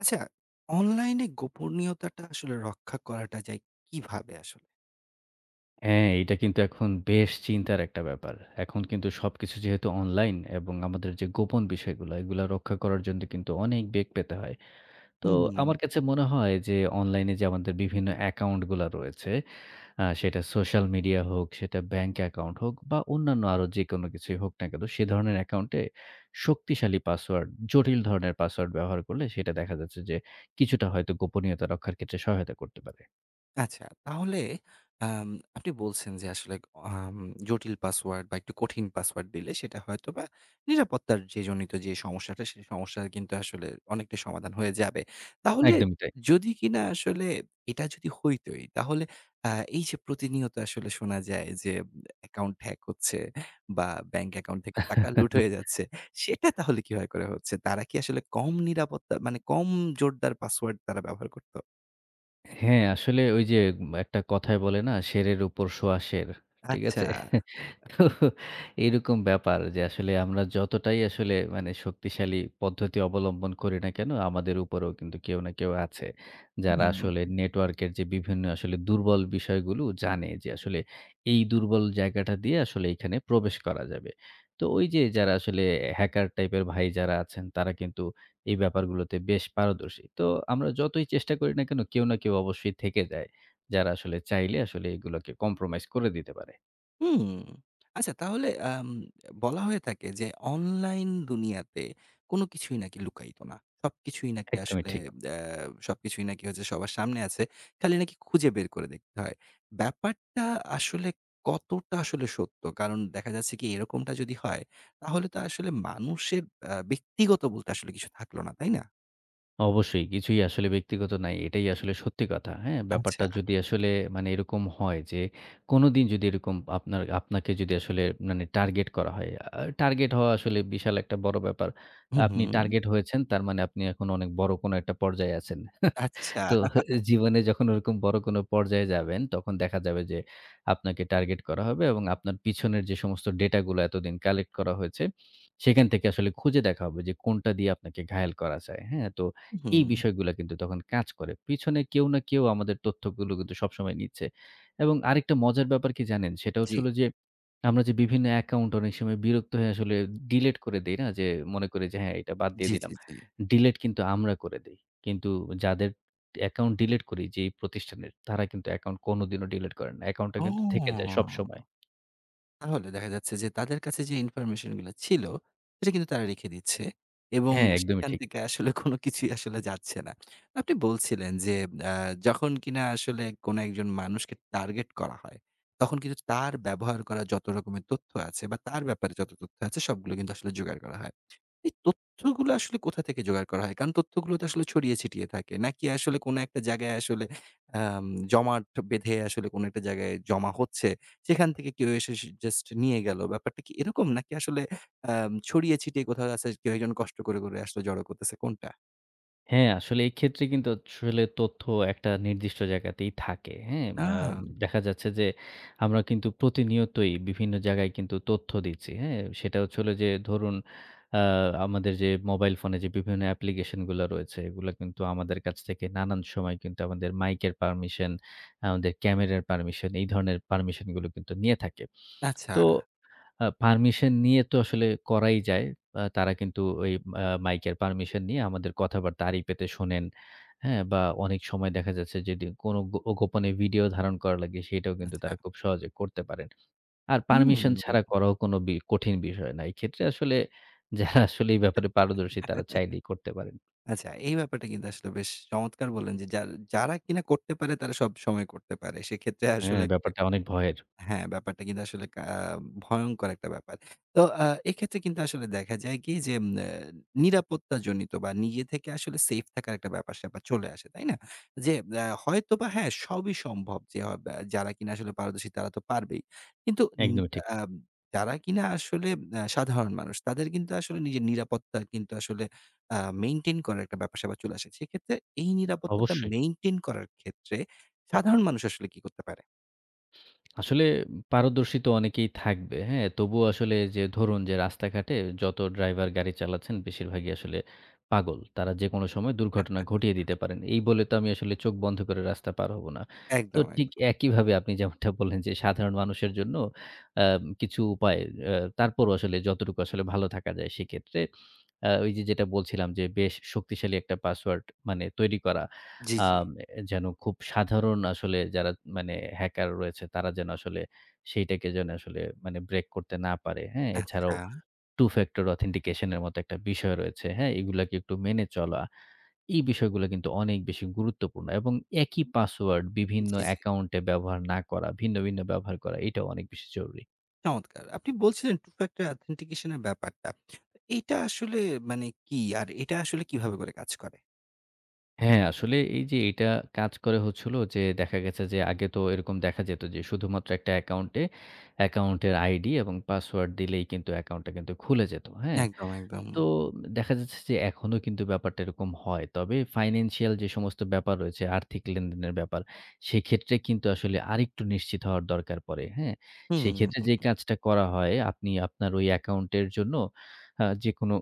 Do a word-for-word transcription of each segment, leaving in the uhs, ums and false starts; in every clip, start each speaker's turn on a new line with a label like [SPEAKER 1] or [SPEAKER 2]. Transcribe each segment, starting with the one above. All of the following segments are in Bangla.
[SPEAKER 1] আচ্ছা, অনলাইনে গোপনীয়তাটা আসলে রক্ষা করাটা যায় কিভাবে আসলে?
[SPEAKER 2] হ্যাঁ, এইটা কিন্তু এখন বেশ চিন্তার একটা ব্যাপার। এখন কিন্তু সবকিছু যেহেতু অনলাইন এবং আমাদের যে গোপন বিষয়গুলা, এগুলা রক্ষা করার জন্য কিন্তু অনেক বেগ পেতে হয়। তো
[SPEAKER 1] হুম।
[SPEAKER 2] আমার কাছে মনে হয় যে অনলাইনে যে আমাদের বিভিন্ন অ্যাকাউন্ট গুলা রয়েছে, আ সেটা সোশ্যাল মিডিয়া হোক, সেটা ব্যাংক অ্যাকাউন্ট হোক বা অন্যান্য আরো যেকোনো কিছুই হোক না কেন, সে ধরনের অ্যাকাউন্টে শক্তিশালী পাসওয়ার্ড, জটিল ধরনের পাসওয়ার্ড ব্যবহার করলে সেটা দেখা যাচ্ছে যে কিছুটা হয়তো গোপনীয়তা রক্ষার ক্ষেত্রে সহায়তা করতে পারে।
[SPEAKER 1] আচ্ছা, তাহলে আম আপনি বলছেন যে আসলে আম জটিল পাসওয়ার্ড বা একটু কঠিন পাসওয়ার্ড দিলে সেটা হয়তোবা নিরাপত্তার যে জনিত যে সমস্যাটা, সেই সমস্যার কিন্তু আসলে অনেকটা সমাধান হয়ে যাবে। তাহলে
[SPEAKER 2] একদমই তাই।
[SPEAKER 1] যদি কিনা আসলে এটা যদি হইতই, তাহলে আ এই যে প্রতিনিয়ত আসলে শোনা যায় যে অ্যাকাউন্ট হ্যাক হচ্ছে বা ব্যাংক অ্যাকাউন্ট থেকে টাকা লুট হয়ে যাচ্ছে, সেটা তাহলে কিভাবে করে হচ্ছে? তারা কি আসলে কম নিরাপত্তা মানে কম জোরদার পাসওয়ার্ড তারা ব্যবহার করত?
[SPEAKER 2] হ্যাঁ, আসলে ওই যে একটা কথায় বলে না, "সেরের উপর সোয়া সের।" ঠিক
[SPEAKER 1] আচ্ছা।
[SPEAKER 2] আছে? তো এরকম ব্যাপার যে আসলে আমরা যতটাই আসলে মানে শক্তিশালী পদ্ধতি অবলম্বন করি না কেন আমাদের উপরেও কিন্তু কেউ না কেউ আছে যারা
[SPEAKER 1] হুম।
[SPEAKER 2] আসলে নেটওয়ার্কের যে বিভিন্ন আসলে দুর্বল বিষয়গুলো জানে যে আসলে এই দুর্বল জায়গাটা দিয়ে আসলে এখানে প্রবেশ করা যাবে। তো ওই যে যারা আসলে হ্যাকার টাইপের ভাই যারা আছেন তারা কিন্তু এই ব্যাপারগুলোতে বেশ পারদর্শী। তো আমরা যতই চেষ্টা করি না কেন কেউ না কেউ অবশ্যই থেকে যায় যারা আসলে চাইলে আসলে এগুলোকে কম্প্রোমাইজ করে দিতে পারে।
[SPEAKER 1] হুম। আচ্ছা, তাহলে আম বলা হয়ে থাকে যে অনলাইন দুনিয়াতে কোনো কিছুই নাকি লুকায়িত না। সবকিছুই নাকি
[SPEAKER 2] একদমই
[SPEAKER 1] আসলে,
[SPEAKER 2] ঠিক।
[SPEAKER 1] আ সবকিছুই নাকি হচ্ছে সবার সামনে আছে। খালি নাকি খুঁজে বের করে দেখতে হয়। ব্যাপারটা আসলে কতটা আসলে সত্য? কারণ দেখা যাচ্ছে কি এরকমটা যদি হয় তাহলে তো আসলে মানুষের আ ব্যক্তিগত বলতে আসলে কিছু থাকলো না, তাই না?
[SPEAKER 2] অবশ্যই। কিছুই আসলে ব্যক্তিগত নাই। এটাই আসলে সত্যি কথা। হ্যাঁ? ব্যাপারটা
[SPEAKER 1] আচ্ছা।
[SPEAKER 2] যদি আসলে মানে এরকম হয় যে, কোনদিন যদি এরকম আপনার আপনাকে যদি আসলে মানে টার্গেট করা হয়, আ টার্গেট হওয়া আসলে বিশাল একটা বড় ব্যাপার।
[SPEAKER 1] হুম,
[SPEAKER 2] আপনি
[SPEAKER 1] হুম।
[SPEAKER 2] টার্গেট হয়েছেন তার মানে আপনি এখন অনেক বড় কোনো একটা পর্যায়ে আছেন।
[SPEAKER 1] আচ্ছা।
[SPEAKER 2] তো জীবনে যখন ওরকম বড় কোনো পর্যায়ে যাবেন, তখন দেখা যাবে যে আপনাকে টার্গেট করা হবে এবং আপনার পিছনের যে সমস্ত ডেটাগুলো এতদিন কালেক্ট করা হয়েছে, সেখান থেকে আসলে খুঁজে দেখা হবে যে কোনটা দিয়ে আপনাকে ঘায়েল করা যায়। হ্যাঁ? তো এই
[SPEAKER 1] হুম।
[SPEAKER 2] বিষয়গুলা কিন্তু তখন কাজ করে। পিছনে কেউ না কেউ আমাদের তথ্যগুলো কিন্তু সবসময় নিচ্ছে। এবং আরেকটা মজার ব্যাপার কি জানেন? সেটা
[SPEAKER 1] জি।
[SPEAKER 2] হচ্ছিল যে আমরা যে বিভিন্ন অ্যাকাউন্ট অনেক সময় বিরক্ত হয়ে আসলে ডিলিট করে দেই না? যে মনে করি যে হ্যাঁ, এটা বাদ দিয়ে
[SPEAKER 1] জি,
[SPEAKER 2] দিলাম।
[SPEAKER 1] জি, জি।
[SPEAKER 2] ডিলিট কিন্তু আমরা করে দেই। কিন্তু যাদের অ্যাকাউন্ট ডিলিট করি যেই প্রতিষ্ঠানের, তারা কিন্তু অ্যাকাউন্ট কোনদিনও ডিলিট করে না। অ্যাকাউন্টটা
[SPEAKER 1] ও!
[SPEAKER 2] কিন্তু থেকে যায় সবসময়।
[SPEAKER 1] তাহলে দেখা যাচ্ছে যে তাদের কাছে যে ইনফরমেশন গুলা ছিল, সেটা কিন্তু তারা রেখে দিচ্ছে এবং
[SPEAKER 2] হ্যাঁ, একদমই
[SPEAKER 1] সেখান
[SPEAKER 2] ঠিক।
[SPEAKER 1] থেকে আসলে কোনো কিছুই আসলে যাচ্ছে না। আপনি বলছিলেন যে আ যখন কিনা আসলে কোনো একজন মানুষকে টার্গেট করা হয়, তখন কিন্তু তার ব্যবহার করা যত রকমের তথ্য আছে বা তার ব্যাপারে যত তথ্য আছে সবগুলো কিন্তু আসলে জোগাড় করা হয়। এই তথ্যগুলো আসলে কোথা থেকে জোগাড় করা হয়? কারণ তথ্যগুলো তো আসলে ছড়িয়ে ছিটিয়ে থাকে। নাকি আসলে কোনো একটা জায়গায় আসলে আম জমাট বেঁধে আসলে কোনো একটা জায়গায় জমা হচ্ছে সেখান থেকে কেউ এসে সে জাস্ট নিয়ে গেল। ব্যাপারটা কি এরকম? নাকি আসলে আম ছড়িয়ে ছিটিয়ে কোথাও আছে কেউ একজন কষ্ট করে, করে আসলে জড়ো করতেছে কোনটা?
[SPEAKER 2] হ্যাঁ, আসলে এই ক্ষেত্রে কিন্তু আসলে তথ্য একটা নির্দিষ্ট জায়গাতেই থাকে। হ্যাঁ?
[SPEAKER 1] আ
[SPEAKER 2] আ দেখা যাচ্ছে যে আমরা কিন্তু প্রতিনিয়তই বিভিন্ন জায়গায় কিন্তু তথ্য দিচ্ছি। হ্যাঁ? সেটা হচ্ছে হলো যে ধরুন আ আমাদের যে মোবাইল ফোনে যে বিভিন্ন অ্যাপ্লিকেশন গুলা রয়েছে, এগুলা কিন্তু আমাদের কাছ থেকে নানান সময় কিন্তু আমাদের মাইকের পারমিশন, আমাদের ক্যামেরার পারমিশন এই ধরনের পারমিশন গুলো কিন্তু নিয়ে থাকে।
[SPEAKER 1] আচ্ছা,
[SPEAKER 2] তো আ পারমিশন নিয়ে তো আসলে করাই যায়। আ তারা কিন্তু ওই আ মাইকের পারমিশন নিয়ে আমাদের কথাবার্তা আড়ি পেতে শোনেন। হ্যাঁ? বা অনেক সময় দেখা যাচ্ছে যদি কোনো গো গোপনে ভিডিও ধারণ করা লাগে সেটাও কিন্তু
[SPEAKER 1] আচ্ছা।
[SPEAKER 2] তারা খুব সহজে করতে পারেন। আর
[SPEAKER 1] হুম।
[SPEAKER 2] পারমিশন ছাড়া করাও কোনো বি কঠিন বিষয় না। এক্ষেত্রে আসলে যারা আসলে এই ব্যাপারে পারদর্শী তারা চাইলেই করতে পারেন।
[SPEAKER 1] আচ্ছা, এই ব্যাপারটা কিন্তু আসলে বেশ চমৎকার বললেন যে, যার যারা কিনা করতে পারে তারা সবসময় করতে পারে। সেক্ষেত্রে
[SPEAKER 2] হ্যাঁ,
[SPEAKER 1] আসলে
[SPEAKER 2] ব্যাপারটা অনেক ভয়ের।
[SPEAKER 1] হ্যাঁ, ব্যাপারটা কিন্তু আসলে কা ভয়ংকর একটা ব্যাপার। তো আ এক্ষেত্রে কিন্তু আসলে দেখা যায় কি যে, উম অ্যা নিরাপত্তাজনিত বা নিজে থেকে আসলে সেফ থাকার একটা ব্যাপার-স্যাপার চলে আসে, তাই না? যে আ হয়তোবা হ্যাঁ, সবই সম্ভব যে হ ব্যা যারা কিনা আসলে পারদর্শী তারা তো পারবেই। কিন্তু ন
[SPEAKER 2] একদমই ঠিক।
[SPEAKER 1] আ যারা কিনা আসলে আ সাধারণ মানুষ তাদের কিন্তু আসলে নিজের নিরাপত্তা কিন্তু আসলে আ মেইনটেইন করার একটা ব্যাপার-স্যাপার চলে আসে। সেক্ষেত্রে এই নিরাপত্তাটা
[SPEAKER 2] অবশ্যই।
[SPEAKER 1] মেইনটেইন করার ক্ষেত্রে সাধারণ মানুষ আসলে কি করতে পারে?
[SPEAKER 2] আসলে পারদর্শী তো অনেকেই থাকবে, হ্যাঁ? তবুও আসলে যে ধরুন যে রাস্তাঘাটে যত ড্রাইভার গাড়ি চালাচ্ছেন বেশিরভাগই আসলে পাগল। তারা যেকোনো সময় দুর্ঘটনা
[SPEAKER 1] হ্যাঁ।
[SPEAKER 2] ঘটিয়ে দিতে পারেন। এই বলে তো আমি আসলে চোখ বন্ধ করে রাস্তা পার হব না। তো
[SPEAKER 1] একদম,
[SPEAKER 2] ঠিক
[SPEAKER 1] একদম।
[SPEAKER 2] একইভাবে আপনি যেমনটা বললেন যে সাধারণ মানুষের জন্য আ কিছু উপায়, আ তারপরও আসলে যতটুকু আসলে ভালো থাকা যায় সেক্ষেত্রে আ ওই যে যেটা বলছিলাম যে বেশ শক্তিশালী একটা পাসওয়ার্ড মানে তৈরি করা।
[SPEAKER 1] জি, জি।
[SPEAKER 2] আম যেন খুব সাধারণ আসলে যারা মানে হ্যাকার রয়েছে তারা যেন আসলে সেইটাকে যেন আসলে মানে ব্রেক করতে না পারে। হ্যাঁ? এছাড়াও
[SPEAKER 1] আচ্ছা।
[SPEAKER 2] টু ফ্যাক্টর অথেন্টিকেশন এর মতো একটা বিষয় রয়েছে। হ্যাঁ? এগুলাকে একটু মেনে চলা। এই বিষয়গুলো কিন্তু অনেক বেশি গুরুত্বপূর্ণ এবং একই পাসওয়ার্ড বিভিন্ন
[SPEAKER 1] জি, জি।
[SPEAKER 2] অ্যাকাউন্টে ব্যবহার না করা, ভিন্ন, ভিন্ন ব্যবহার করা এটাও অনেক বেশি জরুরি।
[SPEAKER 1] চমৎকার। আপনি বলছিলেন টু factor authentication এর ব্যাপারটা। এটা আসলে মানে কি? আর এটা আসলে কিভাবে করে কাজ করে?
[SPEAKER 2] হ্যাঁ, আসলে এই যে এটা কাজ করে হচ্ছে হলো যে দেখা গেছে যে আগে তো এরকম দেখা যেত যে শুধুমাত্র একটা অ্যাকাউন্টে অ্যাকাউন্টের আইডি এবং পাসওয়ার্ড দিলেই কিন্তু অ্যাকাউন্টটা কিন্তু খুলে যেত। হ্যাঁ?
[SPEAKER 1] একদম, একদম।
[SPEAKER 2] তো দেখা যাচ্ছে যে এখনো কিন্তু ব্যাপারটা এরকম হয়। তবে ফাইন্যান্সিয়াল যে সমস্ত ব্যাপার রয়েছে, আর্থিক লেনদেনের ব্যাপার, সেক্ষেত্রে কিন্তু আসলে আরেকটু নিশ্চিত হওয়ার দরকার পড়ে, হ্যাঁ? সেক্ষেত্রে যে
[SPEAKER 1] হুম।
[SPEAKER 2] কাজটা করা হয়, আপনি আপনার ওই অ্যাকাউন্টের জন্য আ যেকোনো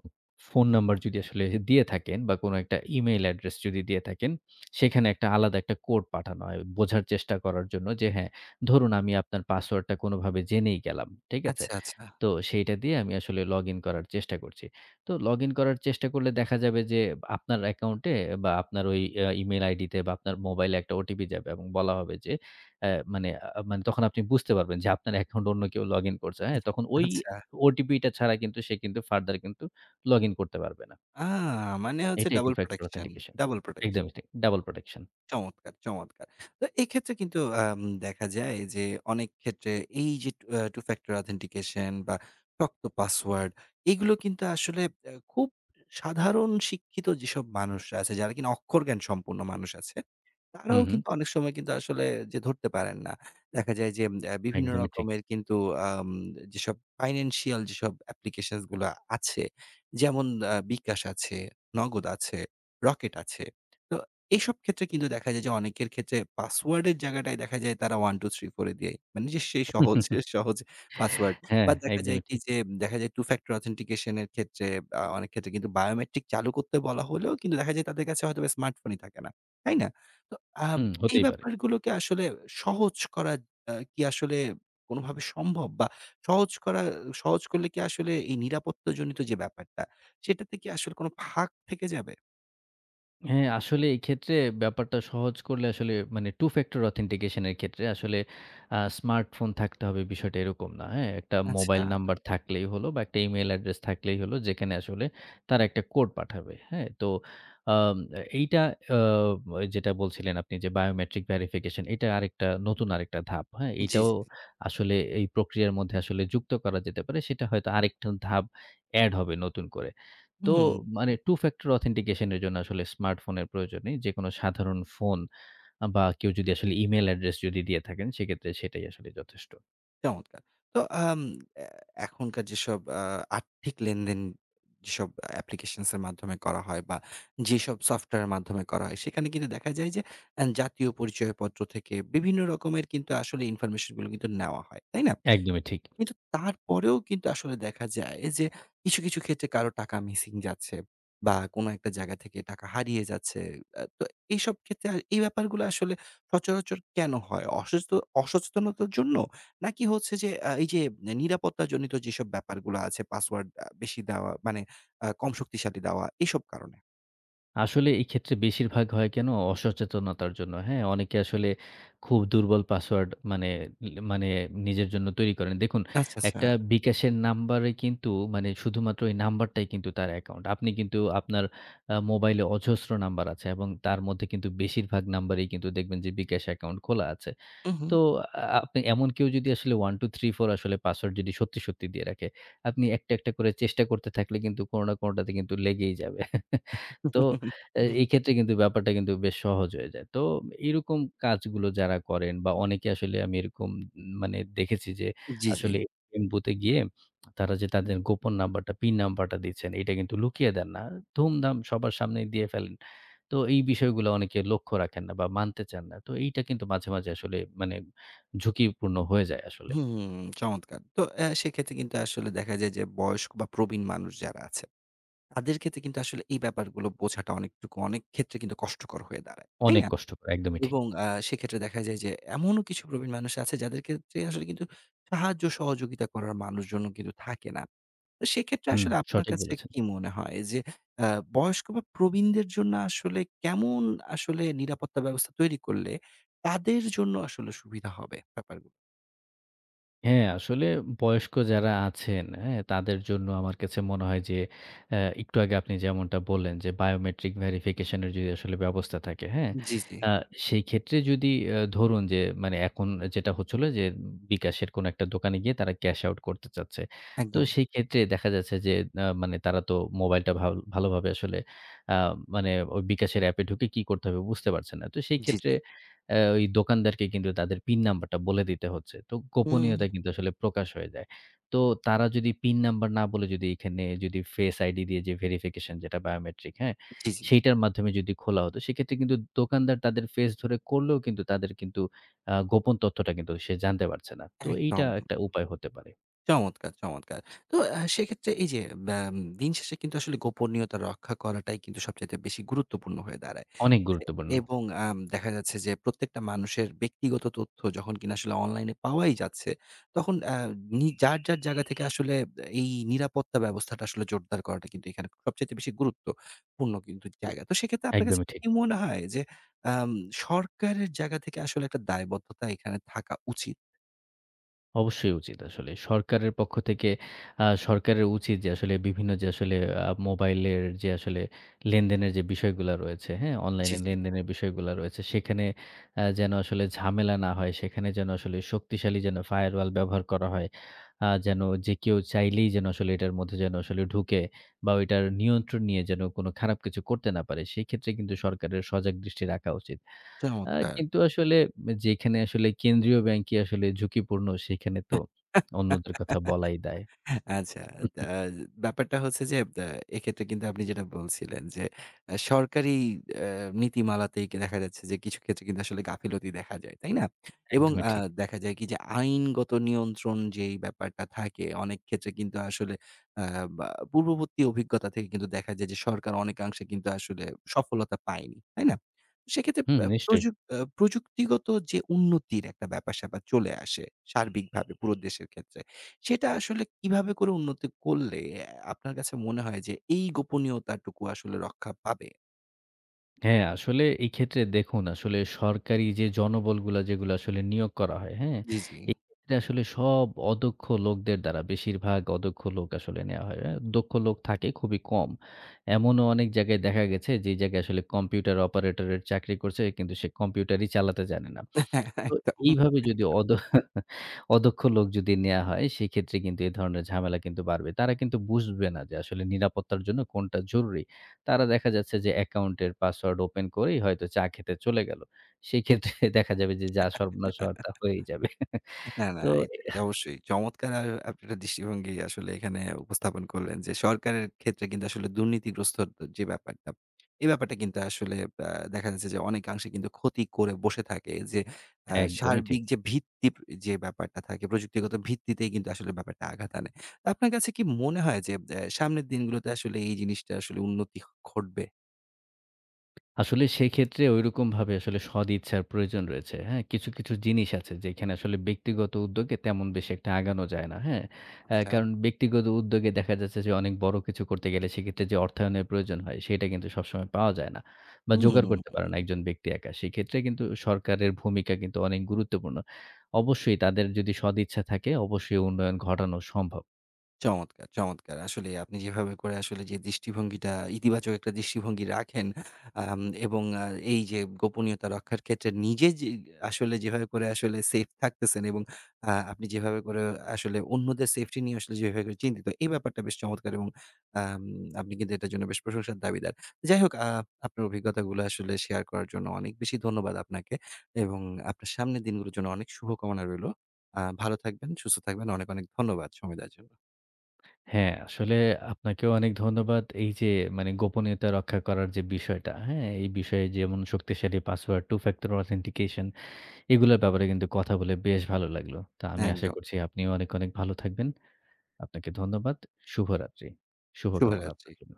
[SPEAKER 2] ফোন নাম্বার যদি আসলে দিয়ে থাকেন বা কোনো একটা ইমেইল অ্যাড্রেস যদি দিয়ে থাকেন, সেখানে একটা আলাদা একটা কোড পাঠানো হয় বোঝার চেষ্টা করার জন্য যে হ্যাঁ, ধরুন আমি আপনার পাসওয়ার্ডটা কোনোভাবে জেনেই গেলাম, ঠিক আছে?
[SPEAKER 1] আচ্ছা, আচ্ছা,
[SPEAKER 2] তো সেইটা দিয়ে আমি আসলে লগইন করার চেষ্টা করছি। তো লগইন করার চেষ্টা করলে দেখা যাবে যে আপনার অ্যাকাউন্টে বা আপনার ওই আ ইমেইল আইডিতে বা আপনার মোবাইলে একটা ওটিপি যাবে এবং বলা হবে যে অ্যা মানে আ মানে তখন আপনি বুঝতে পারবেন যে আপনার অ্যাকাউন্টে অন্য কেউ লগইন করছে, হ্যাঁ? তখন ওই
[SPEAKER 1] আচ্ছা।
[SPEAKER 2] ওটিপিটা ছাড়া কিন্তু সে কিন্তু ফার্দার কিন্তু লগইন করতে পারবে না।
[SPEAKER 1] আ মানে হচ্ছে
[SPEAKER 2] এটাই two
[SPEAKER 1] double
[SPEAKER 2] factor
[SPEAKER 1] protection,
[SPEAKER 2] authentication.
[SPEAKER 1] Double protection.
[SPEAKER 2] একদমই ঠিক। Double protection.
[SPEAKER 1] চমৎকার, চমৎকার। তো এক্ষেত্রে কিন্তু আম দেখা যায় যে অনেক ক্ষেত্রে এই যে two uh Two Factor Authentication বা শক্ত পাসওয়ার্ড এগুলো কিন্তু আসলে আ খুব সাধারণ শিক্ষিত যেসব মানুষরা আছে যারা কিনা অক্ষরজ্ঞান সম্পন্ন মানুষ আছে,
[SPEAKER 2] হুম,
[SPEAKER 1] তারাও
[SPEAKER 2] হুম।
[SPEAKER 1] কিন্তু অনেক সময় কিন্তু আসলে যে ধরতে পারেন না। দেখা যায় যে আ বিভিন্ন
[SPEAKER 2] একদমই ঠিক।
[SPEAKER 1] রকমের কিন্তু আম যেসব ফাইন্যান্সিয়াল যেসব অ্যাপ্লিকেশনস গুলা আছে, যেমন আ বিকাশ আছে, নগদ আছে, রকেট আছে। তো এসব ক্ষেত্রে কিন্তু দেখা যায় যে অনেকের ক্ষেত্রে পাসওয়ার্ডের জায়গাটায় দেখা যায় তারা এক দুই তিন করে দেয়। মানে যে সেই সহজ সহজ পাসওয়ার্ড।
[SPEAKER 2] হ্যাঁ,
[SPEAKER 1] বা দেখা যায়
[SPEAKER 2] একদমই
[SPEAKER 1] কি
[SPEAKER 2] ঠিক।
[SPEAKER 1] যে দেখা যায় টু factor authentication এর ক্ষেত্রে আ অনেক ক্ষেত্রে কিন্তু বায়োমেট্রিক চালু করতে বলা হলেও কিন্তু দেখা যায় তাদের কাছে হয়তোবা স্মার্টফোনই থাকে না। তাই না? তো আম
[SPEAKER 2] হুম,
[SPEAKER 1] এই
[SPEAKER 2] হতেই পারে।
[SPEAKER 1] ব্যাপারগুলোকে আসলে সহজ করা আ কি আসলে কোনভাবে সম্ভব? বা সহজ করা সহজ করলে কি আসলে এই নিরাপত্তাজনিত যে ব্যাপারটা, সেটাতে কি আসলে কোন ফাঁক থেকে যাবে?
[SPEAKER 2] হ্যাঁ, আসলে এই ক্ষেত্রে ব্যাপারটা সহজ করলে আসলে মানে টু ফ্যাক্টর অথেন্টিকেশন এর ক্ষেত্রে আসলে আ স্মার্টফোন থাকতে হবে বিষয়টা এরকম না। হ্যাঁ? একটা মোবাইল
[SPEAKER 1] আচ্ছা।
[SPEAKER 2] নাম্বার থাকলেই হলো বা একটা ইমেইল অ্যাড্রেস থাকলেই হলো যেখানে আসলে তারা একটা কোড পাঠাবে। হ্যাঁ? তো আম এইটা আ যেটা বলছিলেন আপনি যে বায়োমেট্রিক ভেরিফিকেশন এটা আরেকটা নতুন আরেকটা ধাপ। হ্যাঁ?
[SPEAKER 1] জি,
[SPEAKER 2] এটাও
[SPEAKER 1] জি।
[SPEAKER 2] আসলে এই প্রক্রিয়ার মধ্যে আসলে যুক্ত করা যেতে পারে। সেটা হয়তো আরেকটা ধাপ এড হবে নতুন করে। তো
[SPEAKER 1] হুম,
[SPEAKER 2] মানে টু ফ্যাক্টর অথেন্টিকেশন এর জন্য আসলে স্মার্টফোনের প্রয়োজন নেই। যেকোনো সাধারণ ফোন আ বা কেউ যদি আসলে ইমেইল অ্যাড্রেস যদি দিয়ে থাকেন সেক্ষেত্রে সেটাই আসলে যথেষ্ট।
[SPEAKER 1] চমৎকার। তো আম এ এখনকার যেসব আ আর্থিক লেনদেন যেসব অ্যাপ্লিকেশনস এর মাধ্যমে করা হয় বা যেসব সফটওয়্যারের মাধ্যমে করা হয় সেখানে কিন্তু দেখা যায় যে, আ জাতীয় পরিচয়পত্র থেকে বিভিন্ন রকমের কিন্তু আসলে ইনফরমেশন গুলো কিন্তু নেওয়া হয়। তাই না?
[SPEAKER 2] একদমই ঠিক।
[SPEAKER 1] কিন্তু তারপরেও কিন্তু আসলে দেখা যায় যে কিছু, কিছু ক্ষেত্রে কারো টাকা মিসিং যাচ্ছে বা কোনো একটা জায়গা থেকে টাকা হারিয়ে যাচ্ছে। আ তো এইসব ক্ষেত্রে আর এই ব্যাপারগুলো আসলে সচরাচর কেন হয়? অসুস্থ অসচেতনতার জন্য? নাকি হচ্ছে যে আ এই যে নিরাপত্তাজনিত যেসব ব্যাপারগুলো আছে পাসওয়ার্ড আ বেশি দেওয়া মানে আ কম শক্তিশালী দেওয়া এসব কারণে?
[SPEAKER 2] আসলে এই ক্ষেত্রে বেশিরভাগ হয় কেন অসচেতনতার জন্য, হ্যাঁ? অনেকে আসলে খুব দুর্বল পাসওয়ার্ড মানে ল মানে নিজের জন্য তৈরি করেন। দেখুন
[SPEAKER 1] আচ্ছা, আচ্ছা।
[SPEAKER 2] একটা বিকাশের নাম্বারে কিন্তু মানে শুধুমাত্র ওই নাম্বারটাই কিন্তু তার অ্যাকাউন্ট। আপনি কিন্তু আপনার আ মোবাইলে অজস্র নাম্বার আছে এবং তার মধ্যে কিন্তু বেশিরভাগ নাম্বারেই কিন্তু দেখবেন যে বিকাশ অ্যাকাউন্ট খোলা আছে।
[SPEAKER 1] হু, হু।
[SPEAKER 2] তো আ আপনি এমন কেউ যদি আসলে এক দুই তিন চার আসলে পাসওয়ার্ড যদি সত্যি, সত্যি দিয়ে রাখে, আপনি একটা, একটা করে চেষ্টা করতে থাকলে কিন্তু কোনো না কোনোটাতে কিন্তু লেগেই যাবে। তো এ এই ক্ষেত্রে কিন্তু ব্যাপারটা কিন্তু বেশ সহজ হয়ে যায়। তো এরকম কাজগুলো যারা করেন বা অনেকে আসলে আমি এরকম উম মানে দেখেছি যে
[SPEAKER 1] জি, জি।
[SPEAKER 2] আসলে এটিএম বুথে গিয়ে তারা যে তাদের গোপন নাম্বারটা, পিন নাম্বারটা দিচ্ছেন, এটা কিন্তু লুকিয়ে দেন না। ধুমধাম সবার সামনেই দিয়ে ফেলেন। তো এই বিষয়গুলো অনেকে লক্ষ্য রাখেন না বা মানতে চান না। তো এইটা কিন্তু মাঝে, মাঝে আসলে মানে ঝুঁকিপূর্ণ হয়ে যায় আসলে।
[SPEAKER 1] হুম, চমৎকার। তো অ্যা সেক্ষেত্রে কিন্তু আসলে দেখা যায় যে বয়স্ক বা প্রবীণ মানুষ যারা আছে তাদের ক্ষেত্রে কিন্তু আসলে এই ব্যাপারগুলো বোঝাটা অনেকটুকু অনেক ক্ষেত্রে কিন্তু কষ্টকর হয়ে দাঁড়ায়। তাই
[SPEAKER 2] অনেক
[SPEAKER 1] না?
[SPEAKER 2] কষ্টকর, একদমই ঠিক।
[SPEAKER 1] এবং আ সেক্ষেত্রে দেখা যায় যে এমনও কিছু প্রবীণ মানুষ আছে যাদের ক্ষেত্রে আসলে কিন্তু সাহায্য সহযোগিতা করার মানুষজনও কিন্তু থাকে না। তো সেক্ষেত্রে
[SPEAKER 2] হুম,
[SPEAKER 1] আসলে আপনার
[SPEAKER 2] সঠিক
[SPEAKER 1] কাছে
[SPEAKER 2] বলেছেন।
[SPEAKER 1] কি মনে হয় যে আ বয়স্ক বা প্রবীণদের জন্য আসলে কেমন আসলে নিরাপত্তা ব্যবস্থা তৈরি করলে তাদের জন্য আসলে সুবিধা হবে ব্যাপারগুলো?
[SPEAKER 2] হ্যাঁ, আসলে বয়স্ক যারা আছেন, হ্যাঁ? তাদের জন্য আমার কাছে মনে হয় যে অ্যা একটু আগে আপনি যেমনটা বললেন যে বায়োমেট্রিক ভেরিফিকেশন এর যদি আসলে ব্যবস্থা থাকে, হ্যাঁ?
[SPEAKER 1] জি, জি।
[SPEAKER 2] আ সেই ক্ষেত্রে যদি অ্যা ধরুন যে মানে এখন যেটা হচ্ছিল যে বিকাশের কোনো একটা দোকানে গিয়ে তারা ক্যাশ আউট করতে চাচ্ছে। তো
[SPEAKER 1] একদম।
[SPEAKER 2] সেই ক্ষেত্রে দেখা যাচ্ছে যে আ মানে তারা তো মোবাইলটা ভাল ভালোভাবে আসলে আ মানে ওই বিকাশের অ্যাপে ঢুকে কি করতে হবে বুঝতে পারছে না। তো সেই
[SPEAKER 1] জি,
[SPEAKER 2] ক্ষেত্রে
[SPEAKER 1] জি।
[SPEAKER 2] অ্যা ওই দোকানদারকে কিন্তু তাদের পিন নাম্বারটা বলে দিতে হচ্ছে। তো
[SPEAKER 1] হুম,
[SPEAKER 2] গোপনীয়তা
[SPEAKER 1] হুম।
[SPEAKER 2] কিন্তু আসলে প্রকাশ হয়ে যায়। তো তারা যদি পিন নাম্বার না বলে যদি এখানে যদি ফেস আইডি দিয়ে যে ভেরিফিকেশন যেটা বায়োমেট্রিক, হ্যাঁ?
[SPEAKER 1] জি, জি।
[SPEAKER 2] সেইটার মাধ্যমে যদি খোলা হতো সেক্ষেত্রে কিন্তু দোকানদার তাদের ফেস ধরে করলেও কিন্তু তাদের কিন্তু আ গোপন তথ্যটা কিন্তু সে জানতে পারছে না। তো এইটা
[SPEAKER 1] একদম।
[SPEAKER 2] একটা উপায় হতে পারে।
[SPEAKER 1] চমৎকার, চমৎকার। তো আ সেক্ষেত্রে এই যে ব্যাম দিন শেষে কিন্তু আসলে গোপনীয়তা রক্ষা করাটাই কিন্তু সবচাইতে বেশি গুরুত্বপূর্ণ হয়ে দাঁড়ায়।
[SPEAKER 2] অনেক
[SPEAKER 1] যে
[SPEAKER 2] গুরুত্বপূর্ণ।
[SPEAKER 1] এবং আম দেখা যাচ্ছে যে প্রত্যেকটা মানুষের ব্যক্তিগত তথ্য যখন কিনা আসলে অনলাইনে পাওয়াই যাচ্ছে, তখন আ নি যার, যার জায়গা থেকে আসলে এই নিরাপত্তা ব্যবস্থাটা আসলে জোরদার করাটা কিন্তু এখানে সবচাইতে বেশি গুরুত্বপূর্ণ কিন্তু জায়গা। তো সেক্ষেত্রে আপনার কাছে
[SPEAKER 2] একদমই ঠিক।
[SPEAKER 1] কি মনে হয় যে আম সরকারের জায়গা থেকে আসলে একটা দায়বদ্ধতা এখানে থাকা উচিত?
[SPEAKER 2] অবশ্যই উচিত আসলে। সরকারের পক্ষ থেকে আ সরকারের উচিত যে আসলে বিভিন্ন যে আসলে আ মোবাইলের যে আসলে লেনদেনের যে বিষয়গুলা রয়েছে, হ্যাঁ?
[SPEAKER 1] জি,
[SPEAKER 2] অনলাইনে
[SPEAKER 1] জি।
[SPEAKER 2] লেনদেনের বিষয়গুলা রয়েছে সেখানে আ যেন আসলে ঝামেলা না হয়, সেখানে যেন আসলে শক্তিশালী যেন ফায়ারওয়াল ব্যবহার করা হয়। আ যেন যে কেউ চাইলেই যেন আসলে এটার মধ্যে যেন আসলে ঢুকে বা ওইটার নিয়ন্ত্রণ নিয়ে যেন কোনো খারাপ কিছু করতে না পারে। সেক্ষেত্রে কিন্তু সরকারের সজাগ দৃষ্টি রাখা উচিত। আ
[SPEAKER 1] চমৎকার!
[SPEAKER 2] কিন্তু আসলে যেখানে আসলে কেন্দ্রীয় ব্যাংকই আসলে ঝুঁকিপূর্ণ, সেখানে তো অন্যদের কথা বলাই দায়।
[SPEAKER 1] আচ্ছা, আ ব্যাপারটা হচ্ছে যে আ এক্ষেত্রে কিন্তু আপনি যেটা বলছিলেন যে আ সরকারি আ নীতিমালাতেই কি দেখা যাচ্ছে যে কিছু ক্ষেত্রে কিন্তু আসলে গাফিলতি দেখা যায়, তাই না? এবং
[SPEAKER 2] একদমই
[SPEAKER 1] আ
[SPEAKER 2] ঠিক।
[SPEAKER 1] দেখা যায় কি যে আইনগত নিয়ন্ত্রণ যেই ব্যাপারটা থাকে অনেক ক্ষেত্রে কিন্তু আসলে আ বা পূর্ববর্তী অভিজ্ঞতা থেকে কিন্তু দেখা যায় যে সরকার অনেকাংশে কিন্তু আসলে সফলতা পায়নি, তাই না? সেক্ষেত্রে
[SPEAKER 2] হুম,
[SPEAKER 1] আ
[SPEAKER 2] নিশ্চয়ই।
[SPEAKER 1] প্রযুক আ প্রযুক্তিগত যে উন্নতির একটা ব্যাপার-স্যাপার চলে আসে সার্বিকভাবে পুরো দেশের ক্ষেত্রে। সেটা আসলে কিভাবে করে উন্নতি করলে আপনার কাছে মনে হয় যে এই গোপনীয়তাটুকু আসলে রক্ষা পাবে?
[SPEAKER 2] হ্যাঁ, আসলে এই ক্ষেত্রে দেখুন আসলে সরকারি যে জনবলগুলা যেগুলো আসলে নিয়োগ করা হয়, হ্যাঁ?
[SPEAKER 1] জি, জি।
[SPEAKER 2] এক্ষেত্রে আসলে সব অদক্ষ লোকদের দ্বারা বেশিরভাগ অদক্ষ লোক আসলে নেওয়া হয়। হ্যাঁ? দক্ষ লোক থাকে খুবই কম। এমনও অনেক জায়গায় দেখা গেছে যে জায়গায় আসলে কম্পিউটার অপারেটরের চাকরি করছে কিন্তু সে কম্পিউটারই চালাতে জানে না।
[SPEAKER 1] হ্যাঁ,
[SPEAKER 2] তো
[SPEAKER 1] একদম।
[SPEAKER 2] এইভাবে যদি অদ অদক্ষ লোক যদি নেয়া হয়, সেক্ষেত্রে কিন্তু এ ধরনের ঝামেলা কিন্তু বাড়বে। তারা কিন্তু বুঝবে না যে আসলে নিরাপত্তার জন্য কোনটা জরুরি। তারা দেখা যাচ্ছে যে অ্যাকাউন্টের পাসওয়ার্ড ওপেন করেই হয়তো চা খেতে চলে গেল। সেক্ষেত্রে দেখা যাবে যে যা সর্বনাশ হওয়ার তা হয়েই যাবে।
[SPEAKER 1] না, না,
[SPEAKER 2] তো
[SPEAKER 1] এটা অবশ্যই চমৎকার। আ আপনি একটা দৃষ্টিভঙ্গি আসলে এখানে উপস্থাপন করলেন যে, সরকারের ক্ষেত্রে কিন্তু আসলে দুর্নীতিগ্রস্ত যে ব্যাপারটা, এই ব্যাপারটা কিন্তু আসলে আ দেখা যাচ্ছে যে অনেকাংশে কিন্তু ক্ষতি করে বসে থাকে যে আ
[SPEAKER 2] একদমই ঠিক।
[SPEAKER 1] সার্বিক যে ভিত্তি প্র- যে ব্যাপারটা থাকে প্রযুক্তিগত ভিত্তিতেই কিন্তু আসলে ব্যাপারটা আঘাত আনে। তো আপনার কাছে কি মনে হয় যে, এ সামনের দিনগুলোতে আসলে এই জিনিসটা আসলে উন্নতি ঘটবে?
[SPEAKER 2] আসলে সেক্ষেত্রে ঐরকমভাবে আসলে সদিচ্ছার প্রয়োজন রয়েছে। হ্যাঁ? কিছু, কিছু জিনিস আছে যেখানে আসলে ব্যক্তিগত উদ্যোগে তেমন বেশি একটা আগানো যায় না। হ্যাঁ? আ
[SPEAKER 1] আচ্ছা।
[SPEAKER 2] কারণ ব্যক্তিগত উদ্যোগে দেখা যাচ্ছে যে অনেক বড় কিছু করতে গেলে সেক্ষেত্রে যে অর্থায়নের প্রয়োজন হয় সেটা কিন্তু সবসময় পাওয়া যায় না বা
[SPEAKER 1] হুম।
[SPEAKER 2] জোগাড় করতে পারে না একজন ব্যক্তি একা। সেক্ষেত্রে কিন্তু সরকারের ভূমিকা কিন্তু অনেক গুরুত্বপূর্ণ। অবশ্যই তাদের যদি সদিচ্ছা থাকে অবশ্যই উন্নয়ন ঘটানো সম্ভব।
[SPEAKER 1] চমৎকার, চমৎকার। আসলে আপনি যেভাবে করে আসলে যে দৃষ্টিভঙ্গিটা ইতিবাচক একটা দৃষ্টিভঙ্গি রাখেন, আম এবং আ এই যে গোপনীয়তা রক্ষার ক্ষেত্রে নিজে যে আসলে যেভাবে করে আসলে সেফ থাকতেছেন এবং আ আপনি যেভাবে করে আসলে অন্যদের সেফটি নিয়ে আসলে যেভাবে করে চিন্তিত, এই ব্যাপারটা বেশ চমৎকার এবং আম আপনি কিন্তু এটার জন্য বেশ প্রশংসার দাবিদার। যাই হোক, আ আপনার অভিজ্ঞতাগুলো আসলে শেয়ার করার জন্য অনেক বেশি ধন্যবাদ আপনাকে এবং আপনার সামনের দিনগুলোর জন্য অনেক শুভকামনা রইলো। আ ভালো থাকবেন, সুস্থ থাকবেন। অনেক, অনেক ধন্যবাদ সময় দেওয়ার জন্য।
[SPEAKER 2] হ্যাঁ, আসলে আপনাকেও অনেক ধন্যবাদ। এই যে মানে গোপনীয়তা রক্ষা করার যে বিষয়টা, হ্যাঁ? এই বিষয়ে যেমন শক্তিশালী পাসওয়ার্ড, Two Factor Authentication এগুলোর ব্যাপারে কিন্তু কথা বলে বেশ ভালো লাগলো। তো আমি আশা
[SPEAKER 1] একদম।
[SPEAKER 2] করছি আপনিও অনেক, অনেক ভালো থাকবেন। আপনাকে ধন্যবাদ। শুভরাত্রি। শুভকামনা
[SPEAKER 1] শুভরাত্রি।
[SPEAKER 2] আপনার জন্য।